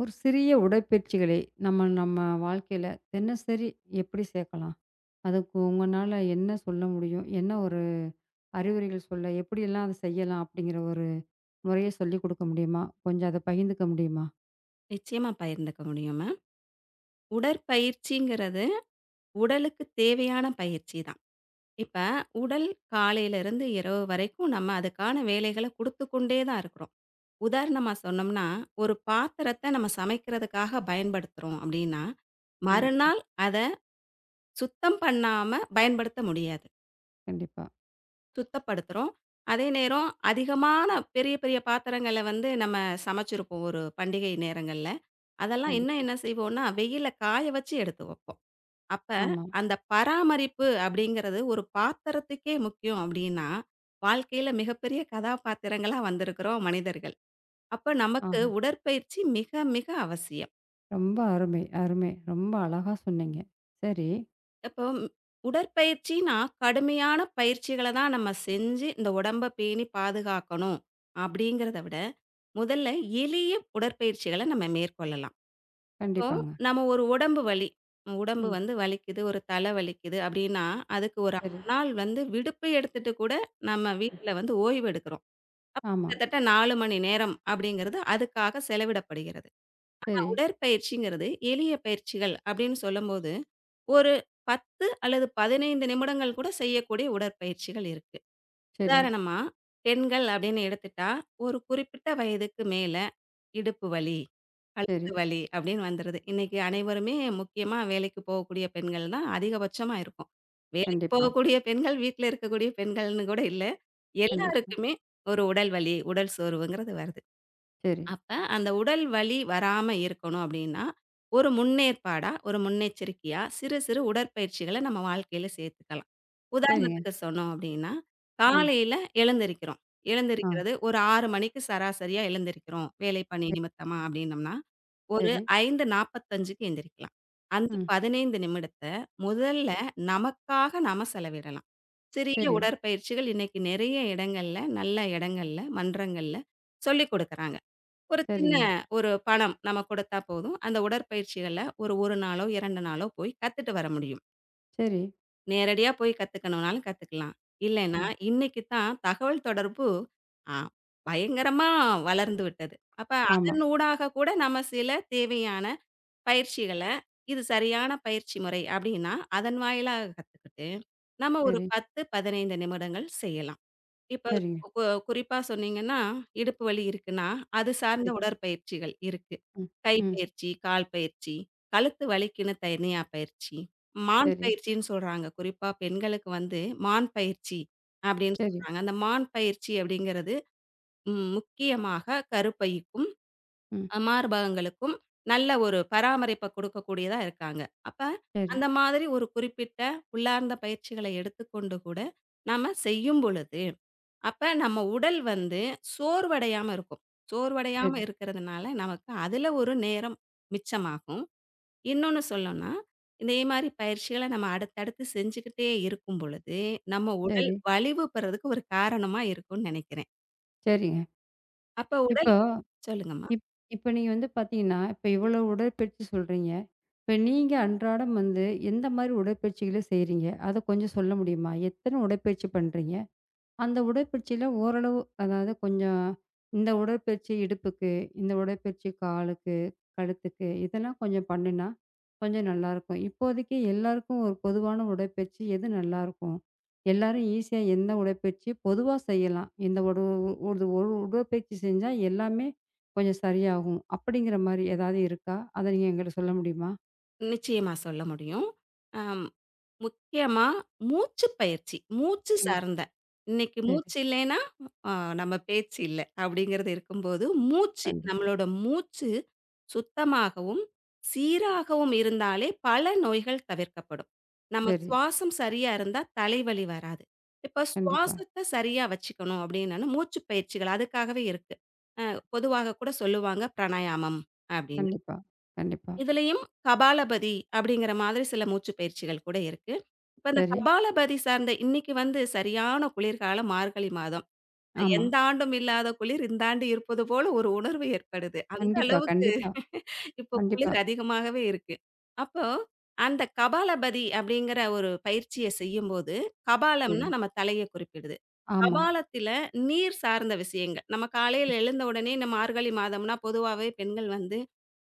ஒரு சிறிய உடற்பயிற்சிகளை நம்ம நம்ம வாழ்க்கையில தினசரி எப்படி சேர்க்கலாம்? அதுக்கு உங்கனால என்ன சொல்ல முடியும்? என்ன ஒரு அறிவுரைகள் சொல்ல எப்படியெல்லாம் அத செய்யலாம்? அப்படிங்கிற ஒரு முறைய சொல்லிக் குடுக்க முடியுமா? கொஞ்சம் அத பகிர்ந்துக்க முடியுமா? நிச்சயமா பகிர்ந்துக்க முடியும் மேம். உடற்பயிற்சிங்கிறது உடலுக்கு தேவையான பயிற்சி தான். இப்ப உடல் காலையிலிருந்து இரவு வரைக்கும் நம்ம அதுக்கான வேலைகள குடுத்து கொண்டே தான் இருக்கிறோம். உதாரணமா சொன்னோம்னா, ஒரு பாத்திரத்த நம்ம சமைக்கிறதுக்காக பயன்படுத்துறோம் அப்படின்னா, கண்டிப்பா, மறுநாள் அத சுத்தம் பண்ணாம பயன்படுத்த முடியாது. கண்டிப்பா, சுத்தப்படுத்துறோம். அதே நேரம் அதிகமான பெரிய பெரிய பாத்திரங்கள வந்து நம்ம சமைச்சிருப்போம் ஒரு பண்டிகை நேரங்கள்ல. அதெல்லாம் இன்னும் கண்டிப்பா. என்ன செய்வோம்னா, வெயில்ல காய வச்சு எடுத்து வைப்போம். அப்ப ஆமா. அந்த பராமரிப்பு அப்படிங்கிறது ஒரு பாத்திரத்துக்கே முக்கியம் அப்படின்னா, வாழ்க்கையில மிகப்பெரிய கதாபாத்திரங்களா வந்திருக்கிறோம் மனிதர்கள். அப்ப நமக்கு ஆஹா! உடற்பயிற்சி மிக, மிக அவசியம். ரொம்ப அருமை, அருமை. ரொம்ப அழகா சொன்னீங்க. சரி. இப்போ உடற்பயிற்சின்னா, கடுமையான பயிற்சிகள தான் நம்ம செஞ்சு இந்த உடம்ப பேணி பாதுகாக்கணும் அப்படிங்கிறத விட, முதல்ல எளிய உடற்பயிற்சிகள நம்ம மேற்கொள்ளலாம். இப்போ கண்டிப்பாங்க. நம்ம ஒரு உடம்பு வலி, உடம்பு ம். வந்து வலிக்குது, ஒரு தலை வலிக்குது அப்படின்னா, அதுக்கு ஒரு சரி. நாள் வந்து விடுப்பு எடுத்துட்டு கூட நம்ம ம். வீட்ல வந்து ஓய்வு எடுக்கிறோம். ஆமா. கிட்டத்தட்ட 4 மணி நேரம் அப்படிங்கிறது அதுக்காக செலவிடப்படுகிறது. சரி, உடற்பயிற்சிங்கிறது எளிய பயிற்சிகள் அப்படின்னு சொல்லும்போது, ஒரு 10 அல்லது 15 நிமிடங்கள் கூட செய்யக்கூடிய உடற்பயிற்சிகள் இருக்கு. சரி, உதாரணமா பெண்கள் அப்படின்னு எடுத்துட்டா, ஒரு குறிப்பிட்ட வயதுக்கு மேல இடுப்பு வலி, சரி. கழுத்து வலி அப்படின்னு வந்துருது. இன்னைக்கு அனைவருமே முக்கியமா வேலைக்கு போகக்கூடிய பெண்கள் தான் அதிகபட்சமா இருக்கோம். வேலைக்கு கண்டிப்பா, போகக்கூடிய பெண்கள், வீட்ல இருக்கக்கூடிய பெண்கள்னு கூட இல்ல. கண்டிப்பா. எல்லாருக்குமே ஒரு உடல் வலி, உடல் சோர்வுங்கிறது வருது. சரி. அப்ப அந்த உடல் வலி வராம இருக்கணும் அப்படின்னா, ஒரு முன்னேற்பாடா, ஒரு முன்னெச்சரிக்கையா சிறு சிறு உடற்பயிற்சிகள நம்ம வாழ்க்கையில சேர்த்துக்கலாம். சரிங்க. உதாரணத்துக்கு சொன்னோம் அப்படின்னா, ம். ம். காலையில எழுந்திரிக்கிறோம். ஆ. எழுந்திரிக்கிறது ஒரு 6 மணிக்கு சராசரியா எழுந்திரிக்கிறோம். வேலை பணி சரி, நிமித்தமா அப்படின்னம்னா, ஒரு சரி. 5:45க்கு எந்திரிக்கலாம். அந்த ம். சரி. 15 நிமிடத்த முதல்ல நமக்காக நாம செலவிடலாம். சிறிய சரி, உடற்பயிற்சிகள் இன்னைக்கு நிறைய இடங்கள்ல, நல்ல இடங்கள்ல, மன்றங்கள்ல சொல்லிக் குடுக்குறாங்க. ஒரு சின்ன சரிங்க. ஒரு பணம் நம்ம கொடுத்தா போதும். அந்த உடற்பயிற்சிகள ஒரு 1 நாளோ, 2 நாளோ போய் கத்துட்டு வர முடியும். சரி. நேரடியா போய் கத்துக்கணும்னாலும் கத்துக்கலாம். இல்லைன்னா, ம். இன்னைக்கு தான் தகவல் தொடர்பு அ பயங்கரமா வளர்ந்து விட்டது. அப்ப ஆமா. அதன் ஊடாக கூட நம்ம சில தேவையான பயிற்சிகள, இது சரியான பயிற்சி முறை அப்டின்னா, அதன் வாயிலாக கத்துக்கிட்டு, நம்ம ஒரு சரி, 10, 15 நிமிடங்கள் செய்யலாம். இப்ப சரிங்க. குறிப்பா சொன்னீங்கன்னா, இடுப்பு வலி இருக்குன்னா, அது சார்ந்த சரி. உடற்பயிற்சிகள் இருக்கு. ம், கை ம். பயிற்சி, கால் பயிற்சி, கழுத்து வலிக்குன்னு தனியா பயிற்சி, மான் சரி, பயிற்சின்னு சொல்றாங்க. குறிப்பா பெண்களுக்கு வந்து மான் பயிற்சி அப்படின்னு சரி. சொல்றாங்க. அந்த மான் பயிற்சி அப்படிங்கிறது முக்கியமாக கருப்பைக்கும் ம். மார்பகங்களுக்கும் நல்ல ஒரு பராமரிப்ப குடுக்கக்கூடியதா இருக்காங்க. அப்ப சரி, அந்த மாதிரி ஒரு குறிப்பிட்ட உள்ளார்ந்த பயிற்சிகளை எடுத்துக்கொண்டு கூட நாம செய்யும் பொழுது, அப்ப நம்ம உடல் வந்து சோர்வடையாம இருக்கும். சோர்வடையாம சரி, இருக்கிறதுனால நமக்கு அதுல ஒரு நேரம் மிச்சமாகும். இன்னொன்னு சொல்லணும்னா, இதே மாரி பயிற்சிகள நம்ம அடுத்தடுத்து செஞ்சுக்கிட்டே இருக்கும் பொழுது, நம்ம உடல் சரி, வலிவு பெறதுக்கு ஒரு காரணமா இருக்கும்னு நெனைக்கிறேன். சரிங்க. அப்ப உடல் இப்போ சொல்லுங்கம்மா. இப் இப்ப நீங்க வந்து பார்த்தீங்கன்னா, இப்ப இவ்வளோ உடற்பயிற்சி சொல்றீங்க. இப்ப நீங்க அன்றாடம் வந்து எந்த மாரி உடற்பயிற்சிகள செய்றீங்க? அத கொஞ்சம் சொல்ல முடியுமா? எத்தன உடற்பயிற்சி பண்றீங்க? அந்த உடற்பயிற்சியில ஓரளவு அதாவது கொஞ்சம் இந்த உடற்பயிற்சி இடுப்புக்கு, இந்த உடற்பயிற்சி காலுக்கு, கழுத்துக்கு இதெல்லாம் கொஞ்சம் பண்ணுனா, கொஞ்சம் நல்லாயிருக்கும். இப்போதைக்கு எல்லாருக்கும் ஒரு பொதுவான உடற்பயிற்சி எது நல்லாயிருக்கும்? எல்லாரும் ஈஸியா எந்த உடற்பயிற்சி பொதுவா செய்யலாம். இந்த ஒரு ஒரு ஒரு உடற்பயிற்சி செஞ்சா எல்லாமே கொஞ்சம் சரியாகும். அப்படிங்கிற மாரி ஏதாவது இருக்கா? அத நீங்க எங்கிட்ட சொல்ல முடியுமா? நிச்சயமா சொல்ல முடியும். அம் முக்கியமா மூச்சு பயிற்சி. மூச்சு ம். சார்ந்த. இன்னைக்கு சரி. மூச்சு இல்லைன்னா, அ நம்ம பேச்சு இல்ல. அப்படிங்கிறது இருக்கும்போது, மூச்சு கண்டிப்பா. நம்மளோட மூச்சு சுத்தமாகவும், சீராகவும் இருந்தாலே பல நோய்கள் தவிர்க்கப்படும். நம்ம சரி. சுவாசம் சரியா இருந்தா தலைவலி வராது. இப்ப கண்டிப்பா. சுவாசத்த சரியா வச்சுக்கணும் அப்படின்னா மூச்சு பயிற்சிகள் அதுக்காகவே இருக்கு. அ பொதுவாக கூட சொல்லுவாங்க பிராணாயாமம் அப்படின்னு. கண்டிப்பா. கண்டிப்பா. இதுலயும் கபாலபதி அப்படிங்கிற மாதிரி சில மூச்சு பயிற்சிகள் கூட இருக்கு. இப்ப இந்த சரி. கபாலபதி சார்ந்த இன்னைக்கு வந்து சரியான குளிர்காலம் மார்கழி மாதம். ஆமா. எந்த ஆண்டும் இல்லாத குளிர் இந்த ஆண்டு இருப்பது போல ஒரு உணர்வு ஏற்படுது. அந்த கண்டிப்பா, அளவுக்கு கண்டிப்பா. இப்போ கண்டிப்பா. குளிர் அதிகமாகவே இருக்கு. அப்போ அந்த கபாலபதி அப்படிங்கிற ஒரு பயிற்சிய செய்யும்போது, சரி. கபாலம்ன்னா நம்ம தலைய குறிப்பிடுது. ஆமா. கபாலத்தில நீர் சார்ந்த விஷயங்கள். நம்ம ம். காலையில எழுந்த உடனே இந்த மார்கழி மாதம்னா பொதுவாவே பெண்கள் வந்து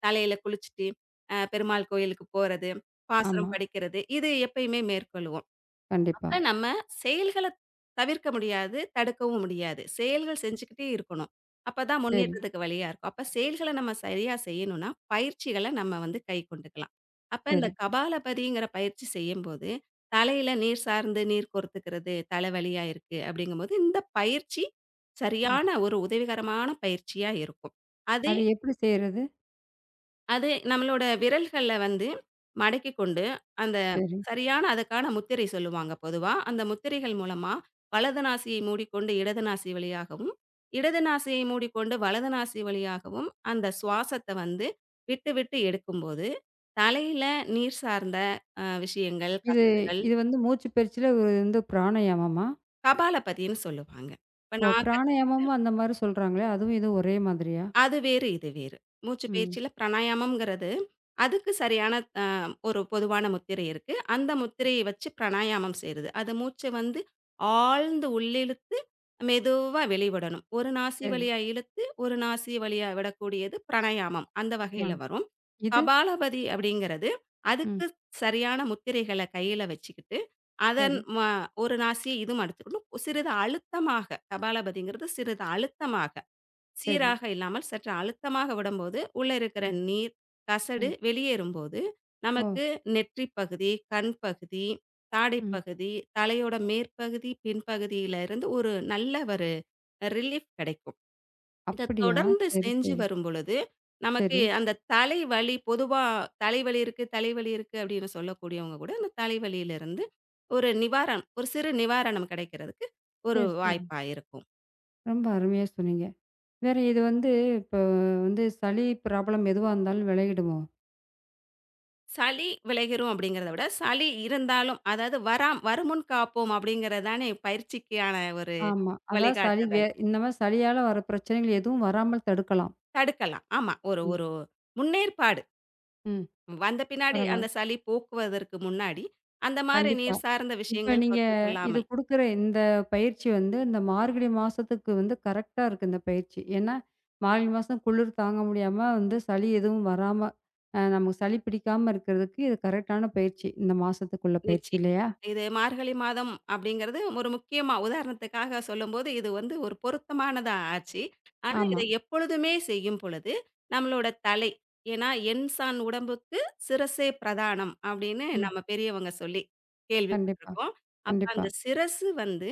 தலையில குளிச்சுட்டு, பெருமாள் கோயிலுக்கு போறது, ஆமா. பாசுரம் படிக்கிறது, இது எப்பயுமே மேற்கொள்வோம். கண்டிப்பா. அப்ப நம்ம செயல்கள தவிர்க்க முடியாது, தடுக்கவும் முடியாது. செயல்கள் செஞ்சுக்கிட்டே இருக்கணும். அப்பதான் சரி, முன்னேற்றத்துக்கு வழியா இருக்கும். அப்ப செயல்கள நம்ம சரியா செய்யணும்னா, பயிற்சிகள நம்ம வந்து கைக்கொண்டுக்கலாம். அப்ப இந்த சரி. கபாலபதிங்கிற பயிற்சி செய்யும்போது, தலையில நீர் சார்ந்து நீர் கோர்த்துக்கிறது, தலைவலியா இருக்கு அப்படிங்கும்போது, இந்த பயிற்சி ம். சரியான ஒரு உதவிகரமான பயிற்சியா இருக்கும். அதே அது எப்படி செய்றது? அது நம்மளோட விரல்கள்ல வந்து மடக்கிக் கொண்டு, அந்த சரி. சரியான அதுக்கான முத்திரை சொல்லுவாங்க பொதுவா. அந்த முத்திரைகள் மூலமா வலது நாசியை மூடிக்கொண்டு இடது நாசி வழியாகவும், இடது நாசியை மூடிக்கொண்டு வலது நாசி வழியாகவும் அந்த சுவாசத்த வந்து விட்டு, விட்டு எடுக்கும்போது, தலையில நீர் சார்ந்த விஷயங்கள், இது கசடுகள் இது வந்து மூச்சு பயிற்சியில ஒரு வந்து பிராணயாமமா? கபாலபதின்னு சொல்லுவாங்க. இப்ப ஓ! நான் கத் பிராணயாமமும் அந்த மாரி சொல்றாங்களே! அதுவும் இதுவும் ஒரே மாதிரியா? அது வேறு, இது வேறு. மூச்சு ம். பயிற்சியில பிராணாயாமம்ங்கிறது, அதுக்கு சரியான அ ஒரு பொதுவான முத்திரை இருக்கு. அந்த முத்திரையை வச்சு பிராணாயாமம் செய்றது. அது மூச்ச வந்து ஆழ்ந்து உள்ளிழுத்து, மெதுவா வெளிவிடணும். ஒரு நாசி சரி. வழியா இழுத்து, ஒரு நாசி வழியா விடக்கூடியது பிராணாயாமம். அந்த ஆ. வகையில வரும். இது? கபாலபதி அப்படிங்கிறது, ம். அதுக்கு சரியான முத்திரைகள கையில வச்சுக்கிட்டு, அதன் சரி, ம ஒரு நாசிய இதுவும் அடைச்சுக்கணும். சிறிது அழுத்தமாக கபாலபதிங்கிறது சிறிது அழுத்தமாக. சரி. சீராக இல்லாமல் சற்று அழுத்தமாக விடும்போது, உள்ள இருக்கிற ம், நீர், கசடு ம். வெளியேறும்போது, ஓ! நமக்கு நெற்றி பகுதி, கண் பகுதி, தாடை ம். பகுதி, தலையோட மேற்பகுதி, பின்பகுதியில இருந்து ஒரு நல்ல ஒரு ரிலீஃப் கிடைக்கும். இத அப்படியா? தொடர்ந்து சரி, செஞ்சு சரி. வரும்பொழுது, நமக்கு சரி, அந்த தலைவலி பொதுவா தலைவலி இருக்கு, தலைவலி இருக்கு அப்படின்னு சொல்லக்கூடியவங்க கூட, அந்த தலைவலியிலிருந்து ஒரு நிவாரணம் ஒரு சிறு நிவாரணம் கிடைக்கிறதுக்கு ஒரு சரி, சரி. வாய்ப்பா இருக்கும். ரொம்ப அருமையா சொன்னீங்க. வேற இது வந்து இப்போ வந்து சளி ப்ராப்ளம் எதுவா இருந்தாலும் விலகிடுமோ? சளி விலகிரும் அப்படிங்கிறத விட, சளி இருந்தாலும் அதாவது வராம் வருமுன் காப்போம் அப்படிங்கிறது தானே பயிற்சிக்கான ஒரு ஆமா. அதாவது சளி வே வழிகாட்டுதல். இந்த மாரி சளியால வர பிரச்சனைகள் எதுவும் வராமல் தடுக்கலாம். தடுக்கலாம். ஆமா. ஒரு ம். ஒரு முன்னேற்பாடு. ம். வந்த பின்னாடி அந்த பரவால்ல. சளி போக்குவதற்கு முன்னாடி, அந்த மாரி கண்டிப்பா. நீர் சார்ந்த இப்ப விஷயங்கள் நீங்க குறைத்து இது கொள்ளாமல் குடுக்குற இந்த பயிற்சி வந்து, இந்த மார்கழி மாசத்துக்கு வந்து கரெக்ட்டா இருக்கு இந்த பயிற்சி. ஏன்னா, மார்கழி மாசம் குளிர் தாங்க முடியாம வந்து சளி எதுவும் வராம, நமக்கு சளி பிடிக்காம இருக்கிறதுக்கு இது கரெக்ட்டான பயிற்சி. இந்த மாசத்துக்குள்ள பயிற்சி நிச்சயம். இல்லையா? இது மார்கழி மாதம் அப்படிங்கிறது ஒரு முக்கியமா உதாரணத்துக்காக சொல்லும்போது, இது வந்து ஒரு பொருத்தமானதா ஆச்சு. ஆனா, ஆமா. இதை எப்பொழுதுமே செய்யும் பொழுது, நம்மளோட தலை. ஏன்னா, "எண் சாண் உடம்புக்கு சிரசே பிரதானம்" அப்படின்னு ம். நம்ம பெரியவங்க சொல்லி கண்டிப்பா, கேள்விப்பட்டிருக்கோம். அப்ப கண்டிப்பா, அந்த சிரசு வந்து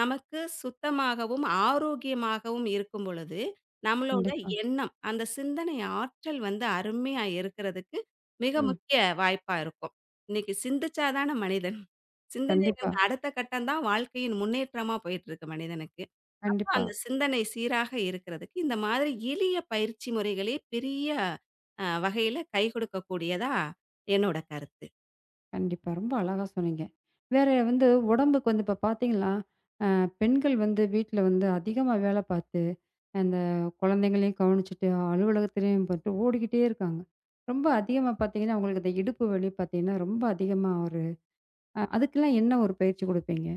நமக்கு சுத்தமாகவும், ஆரோக்கியமாகவும் இருக்கும் பொழுது, நம்மளோட கண்டிப்பா. எண்ணம், அந்த சிந்தனை ஆற்றல் வந்து அருமையா இருக்கிறதுக்கு மிக ம். முக்கிய வாய்ப்பா இருக்கும். இன்னைக்கு சிந்திச்சா தான மனிதன். கண்டிப்பா, சிந்தனையின் அடுத்த கட்டம் தான் வாழ்க்கையின் முன்னேற்றமா போயிட்டுருக்கு மனிதனுக்கு. அப்ப கண்டிப்பா. அந்த சிந்தனை சீராக இருக்கிறதுக்கு, இந்த மாதிரி எளிய பயிற்சி முறைகளே பெரிய வகையில கை கொடுக்கக்கூடியதா என்னோட கருத்து. கண்டிப்பா. ரொம்ப அழகா சொன்னீங்க. வேற வந்து உடம்புக்கு வந்து இப்ப பார்த்தீங்கன்னா, பெண்கள் வந்து வீட்ல வந்து அதிகமா வேலை பார்த்து, அந்த குழந்தைங்களையும் கவனிச்சுட்டு, அலுவலகத்திலயும் போட்டு ஓடிக்கிட்டே இருக்காங்க. ரொம்ப அதிகமா பார்த்தீங்கன்னா, அவங்களுக்கு இந்த இடுப்பு வலி பார்த்தீங்கன்னா, ரொம்ப அதிகமா ஒரு அதுக்கெல்லாம் என்ன ஒரு பயிற்சி குடுப்பீங்க?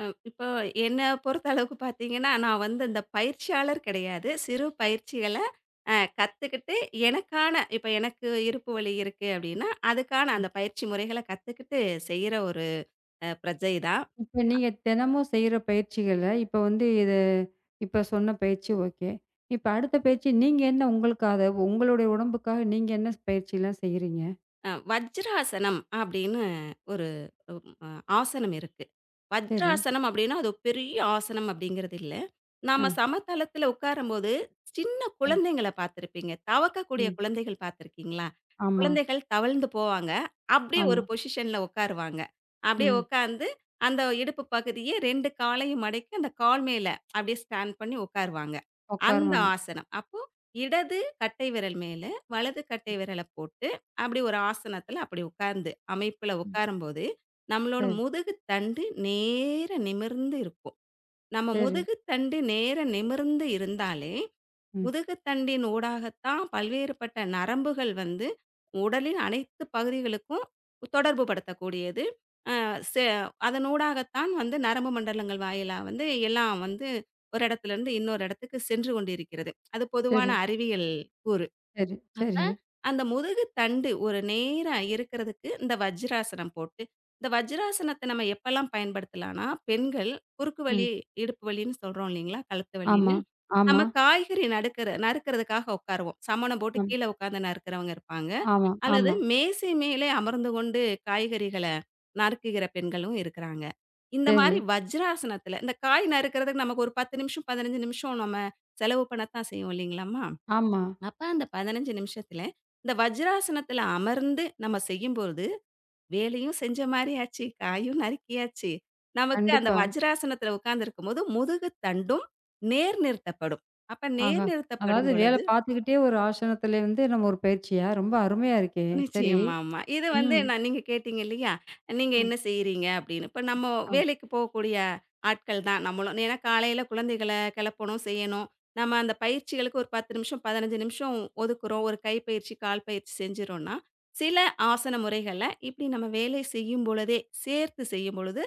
அ இப்போ என்ன பொறுத்தளவுக்கு பார்த்தீங்கன்னா, நான் வந்து இந்த பயிற்சியாளர் கிடையாது. சிறு பயிற்சிகள கத்துக்கிட்டு எனக்கான இப்ப எனக்கு இருப்பு வலி இருக்கு அப்டின்னா, அதுக்கான அந்த பயிற்சி முறைகள கத்துக்கிட்டு செய்ற ஒரு பிரஜை தான். இப்ப நீங்க தினமும் செய்ற பயிற்சிகள, இப்ப வந்து இது இப்ப சொன்ன பயிற்சி ஓகே. இப்ப அடுத்த பயிற்சி நீங்க என்ன உங்களுக்காக, உங்களுடைய உடம்புக்காக நீங்க என்ன பயிற்சிலாம் செய்றீங்க? வஜ்ராசனம் அப்படின்னு ஒரு ம் அ ஆசனம் இருக்கு. சரி. வஜ்ராசனம் அப்படின்னா, அது ஒரு பெரிய ஆசனம் அப்படிங்கிறது இல்ல. ஆ. நாம சமதளத்தில உட்காரும்போது, சின்ன சரி. குழந்தைங்கள பார்த்திருப்பீங்க. தவக்கக்கூடிய ம். குழந்தைகள் பார்த்திருக்கீங்களா? ஆமா. குழந்தைகள் தவழ்ந்து போவாங்க. அப்படியே ஆமா. ஒரு பொசிஷன்ல உட்காருவாங்க. அப்படியே ம். உட்கார்ந்து, அந்த இடுப்பு பகுதியே 2 காலையும் மடக்கி, அந்த கால் மேல அப்படியே ஸ்டாண்ட் பண்ணி உட்காருவாங்க. அந்த உட்காருவாங்க. ஆசனம். அப்போ இடது கட்டை விரல் மேல, வலது கட்டை விரல போட்டு அப்படி ஒரு ஆசனத்துல அப்படி உட்கார்ந்து, அமைப்புல ம். உட்காரும்போது, நம்மளோட சரி, முதுகு தண்டு நேரா நிமிர்ந்து இருக்கும். நம்ம சரி. முதுகு தண்டு நேரா நிமிர்ந்து இருந்தாலே, ம். முதுகு தண்டின் ஊடாகத்தான் பல்வேறுபட்ட நரம்புகள் வந்து உடலின் அனைத்து பகுதிகளுக்கும் தொடர்பு படுத்தக்கூடியது. அ செ அதனூடாகத்தான் வந்து நரம்பு மண்டலங்கள் வாயிலா வந்து எல்லாம் வந்து ஒரு இடத்துலருந்து இன்னொரு இடத்துக்கு சென்று கொண்டிருக்கிறது. அது பொதுவான சரி, அறிவியல் கூறு. சரி, அப்ப சரி. அந்த முதுகு தண்டு ஒரு நேரா இருக்கிறதுக்கு இந்த வஜ்ராசனம் போட்டு, இந்த வஜ்ராசனத்த நம்ம எப்பலாம் பயன்படுத்தலான்னா, பெண்கள் குறுக்கு ம். வலி, இடுப்பு வலின்னு சொல்றோம் இல்லைங்களா? கழுத்து ஆமா, வலின்னு. ஆமா, நம்ம காய்கறி நடுக்கற நறுக்கிறதுக்காக உட்காருவோம். சமணம் போட்டு ஆம், கீழ உட்கார்ந்து நறுக்கிறவங்க இருப்பாங்க. ஆமா, அல்லது ஆமா. மேசை மேலே அமர்ந்து கொண்டு காய்கறிகள நறுக்குகிற பெண்களும் இருக்கிறாங்க. இந்த சரி. மாரி வஜ்ராசனத்துல இந்த காய் நறுக்கிறதுக்கு நமக்கு ஒரு 10 நிமிஷம், 15 நிமிஷம் நம்ம செலவு பண்ணத்தான் செய்வோம் இல்லைங்களாம்மா? ஆமா. அப்ப அந்த 15 நிமிஷத்துல, இந்த வஜ்ராசனத்துல அமர்ந்து நம்ம செய்யும்போது, வேலையும் செஞ்ச மாரி ஆச்சு, காயும் நறுக்கியாச்சு. நமக்கு அந்த கண்டிப்பா. வஜ்ராசனத்துல உட்கார்ந்திருக்கும்போது, முதுகு தண்டும் நேர் நிறுத்தப்படும். அப்ப ஆஹா! நேர் நிறுத்தப்படும் அதாவது வேலை பொழுது பார்த்துக்கிட்டே ஒரு ஆசனத்திலே வந்து நம்ம ஒரு பயிற்சியா? ரொம்ப அருமையா இருக்கே! சரி. நிச்சயமா, ஆமா. இது வந்து ம். நான் நீங்க கேட்டீங்க இல்லையா? நீங்க ம். என்ன செய்றீங்க அப்படின்னு. இப்ப நம்ம ஆம். வேலைக்கு போகக்கூடிய ஆட்கள் தான் நம்மளும். ஏன்னா காலையில குழந்தைகள கிளப்பணும், செய்யணும். நம்ம அந்த பயிற்சிகளுக்கு ஒரு 10 நிமிஷம், 15 நிமிஷம் ஒதுக்குறோம். ஒரு கை பயிற்சி, கால் பயிற்சி செஞ்சுறோம்னா, சில ஆசன முறைகள இப்படி நம்ம வேலை செய்யும் பொழுதே, சேர்த்து செய்யும் பொழுது,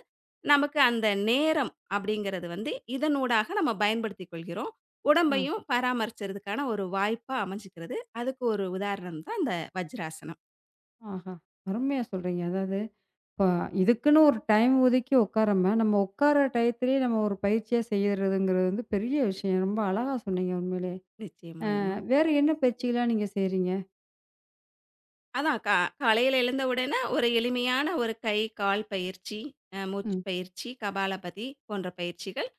நமக்கு அந்த நேரம் அப்படிங்கிறது வந்து இதனூடாக நம்ம பயன்படுத்திக் கொள்கிறோம். ஆ. உடம்பையும் பராமரிச்சறதுக்கான ஒரு வாய்ப்பா அமைஞ்சுக்கிறது. அதுக்கு ஒரு உதாரணம் தான் இந்த வஜ்ராசனம். ஆஹா! அருமையா சொல்றீங்க. அதாவது இப்ப இதுக்குன்னு ஒரு டைம் ஒதுக்கி உட்காராம, நம்ம உட்கார டயத்திலேயே நம்ம ஒரு பயிற்சியா செய்யறதுங்கிறது வந்து பெரிய விஷயம். ரொம்ப அழகா சொன்னீங்க உண்மையிலே. நிச்சயமாங்க. வேற என்ன பயிற்சிகள்லாம் நீங்க செய்றீங்க? அதான் கா காலையில எழுந்த உடனே ஒரு எளிமையான ஒரு கை, கால் பயிற்சி, மூச்சு ம். பயிற்சி, கபாலபதி போன்ற பயிற்சிகள்.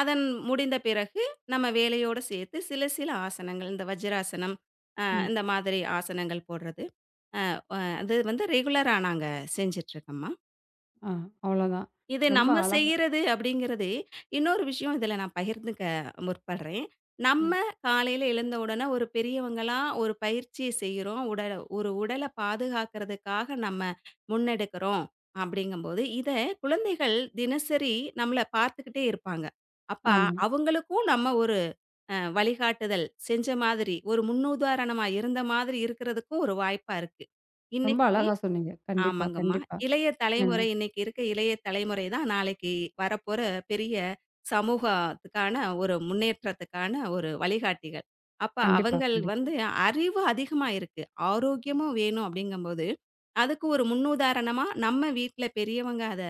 அதன் முடிந்த பிறகு நம்ம வேலையோடு சேர்த்து சில சில ஆசனங்கள், இந்த வஜ்ராசனம், அ ம். இந்த மாதிரி ஆசனங்கள் போடுறது. அது வந்து ரெகுலரா நாங்க செஞ்சுட்ருக்கோம்மா. ஆ அவ்வளோதான். இது ரொம்ப நம்ம அழகா செய்யறது அப்படிங்கிறது, இன்னொரு விஷயம் இதில நான் பகிர்ந்துக்க முற்படுறேன். நம்ம ம். காலையில எழுந்த உடனே ஒரு பெரியவங்கலாம் ஒரு பயிற்சிய செய்றோம். உடல ஒரு உடல பாதுகாக்கிறதுக்காக நம்ம முன்னெடுக்கிறோம் அப்படிங்கும்போது, இத குழந்தைகள் தினசரி நம்மள பார்த்துக்கிட்டே இருப்பாங்க. அப்ப ஆமா. அவங்களுக்கும் நம்ம ஒரு வழிகாட்டுதல் செஞ்ச மாதிரி, ஒரு முன்னுதாரணமா இருந்த மாதிரி இருக்கிறதுக்கும் ஒரு வாய்ப்பா இருக்கு. ரொம்ப இன்னைக்கு அழகா சொன்னீங்க. கண்டிப்பா, ஆமாங்கம்மா. கண்டிப்பா. இளைய ஏன்னா தலைமுறை இன்னைக்கு இருக்க இளைய தலைமுறை தான் நாளைக்கு வரப்போற பெரிய சமூகத்துக்கான ஒரு முன்னேற்றத்துக்கான ஒரு வழிகாட்டிகள். அப்ப கண்டிப்பா, அவங்கள் கண்டிப்பா, வந்து அறிவு அதிகமா இருக்கு. ஆரோக்கியமும் வேணும் அப்படிங்கும்போது, அதுக்கு ஒரு முன்னுதாரணமா நம்ம வீட்ல பெரியவங்க அத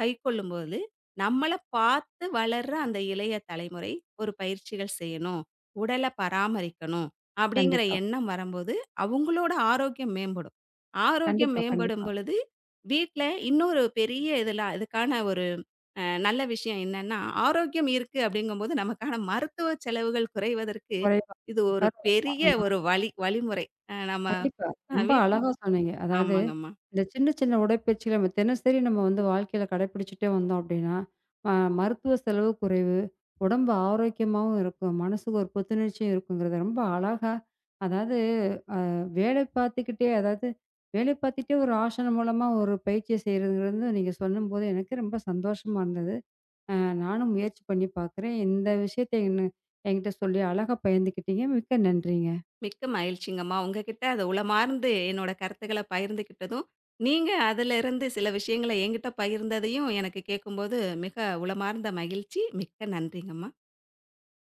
கைக்கொள்ளும்போது, நம்மள பார்த்து வளர்ற அந்த இளைய தலைமுறை ஒரு பயிற்சிகள் செய்யணும். உடல பராமரிக்கணும் அப்படிங்கிற கண்டிப்பா, எண்ணம் வரும்போது, அவங்களோட ஆரோக்கியம் மேம்படும். ஆரோக்கியம் கண்டிப்பா, மேம்படும் கண்டிப்பா. பொழுது, வீட்ல இன்னொரு பெரிய இதெல்லாம் இதுக்கான ஒரு நல்ல விஷயம் என்னன்னா, ஆரோக்கியம் இருக்கு அப்படிங்கும்போது நமக்கான மருத்துவ செலவுகள் குறைவதற்கு, குறைவா இது ஒரு பெரிய ஆமா. ஒரு வழி வழிமுறை. அ நம்ம கண்டிப்பா. அ ரொம்ப வீட் அழகா சொன்னீங்க. அதாவது ஆமாங்கம்மா. இந்த சின்ன, சின்ன உடற்பயிற்சிகள நம்ம தினசரி நம்ம வந்து வாழ்க்கையில கடைப்பிடிச்சுட்டே வந்தோம் அப்படின்னா, அ மருத்துவ செலவு குறைவு. உடம்பு ஆரோக்கியமாவும் இருக்கும். மனசுக்கு ஒரு புத்துணர்ச்சியும் இருக்குங்கிறத ரொம்ப அழகா அதாவது வேலை பார்த்துக்கிட்டே அதாவது வேலை பார்த்துட்டே ஒரு ஆசனம் மூலமா ஒரு பயிற்சிய செய்றதுங்கிறது நீங்க சொல்லும்போது எனக்கு ரொம்ப சந்தோஷமா இருந்தது. அ நானும் முயற்சி பண்ணி பார்க்குறேன். இந்த விஷயத்த என்ன என்கிட்ட சொல்லி அழகா பகிர்ந்துக்கிட்டீங்க. மிக்க நன்றிங்க. மிக்க மகிழ்ச்சிங்கம்மா. உங்ககிட்ட அத உளமார்ந்து என்னோட கருத்துக்கள பகிர்ந்துக்கிட்டதும், நீங்க அதிலிருந்து சில விஷயங்கள என்கிட்ட பகிர்ந்ததையும் எனக்கு கேட்கும்போது மிக உளமார்ந்த மகிழ்ச்சி. மிக்க நன்றிங்கம்மா.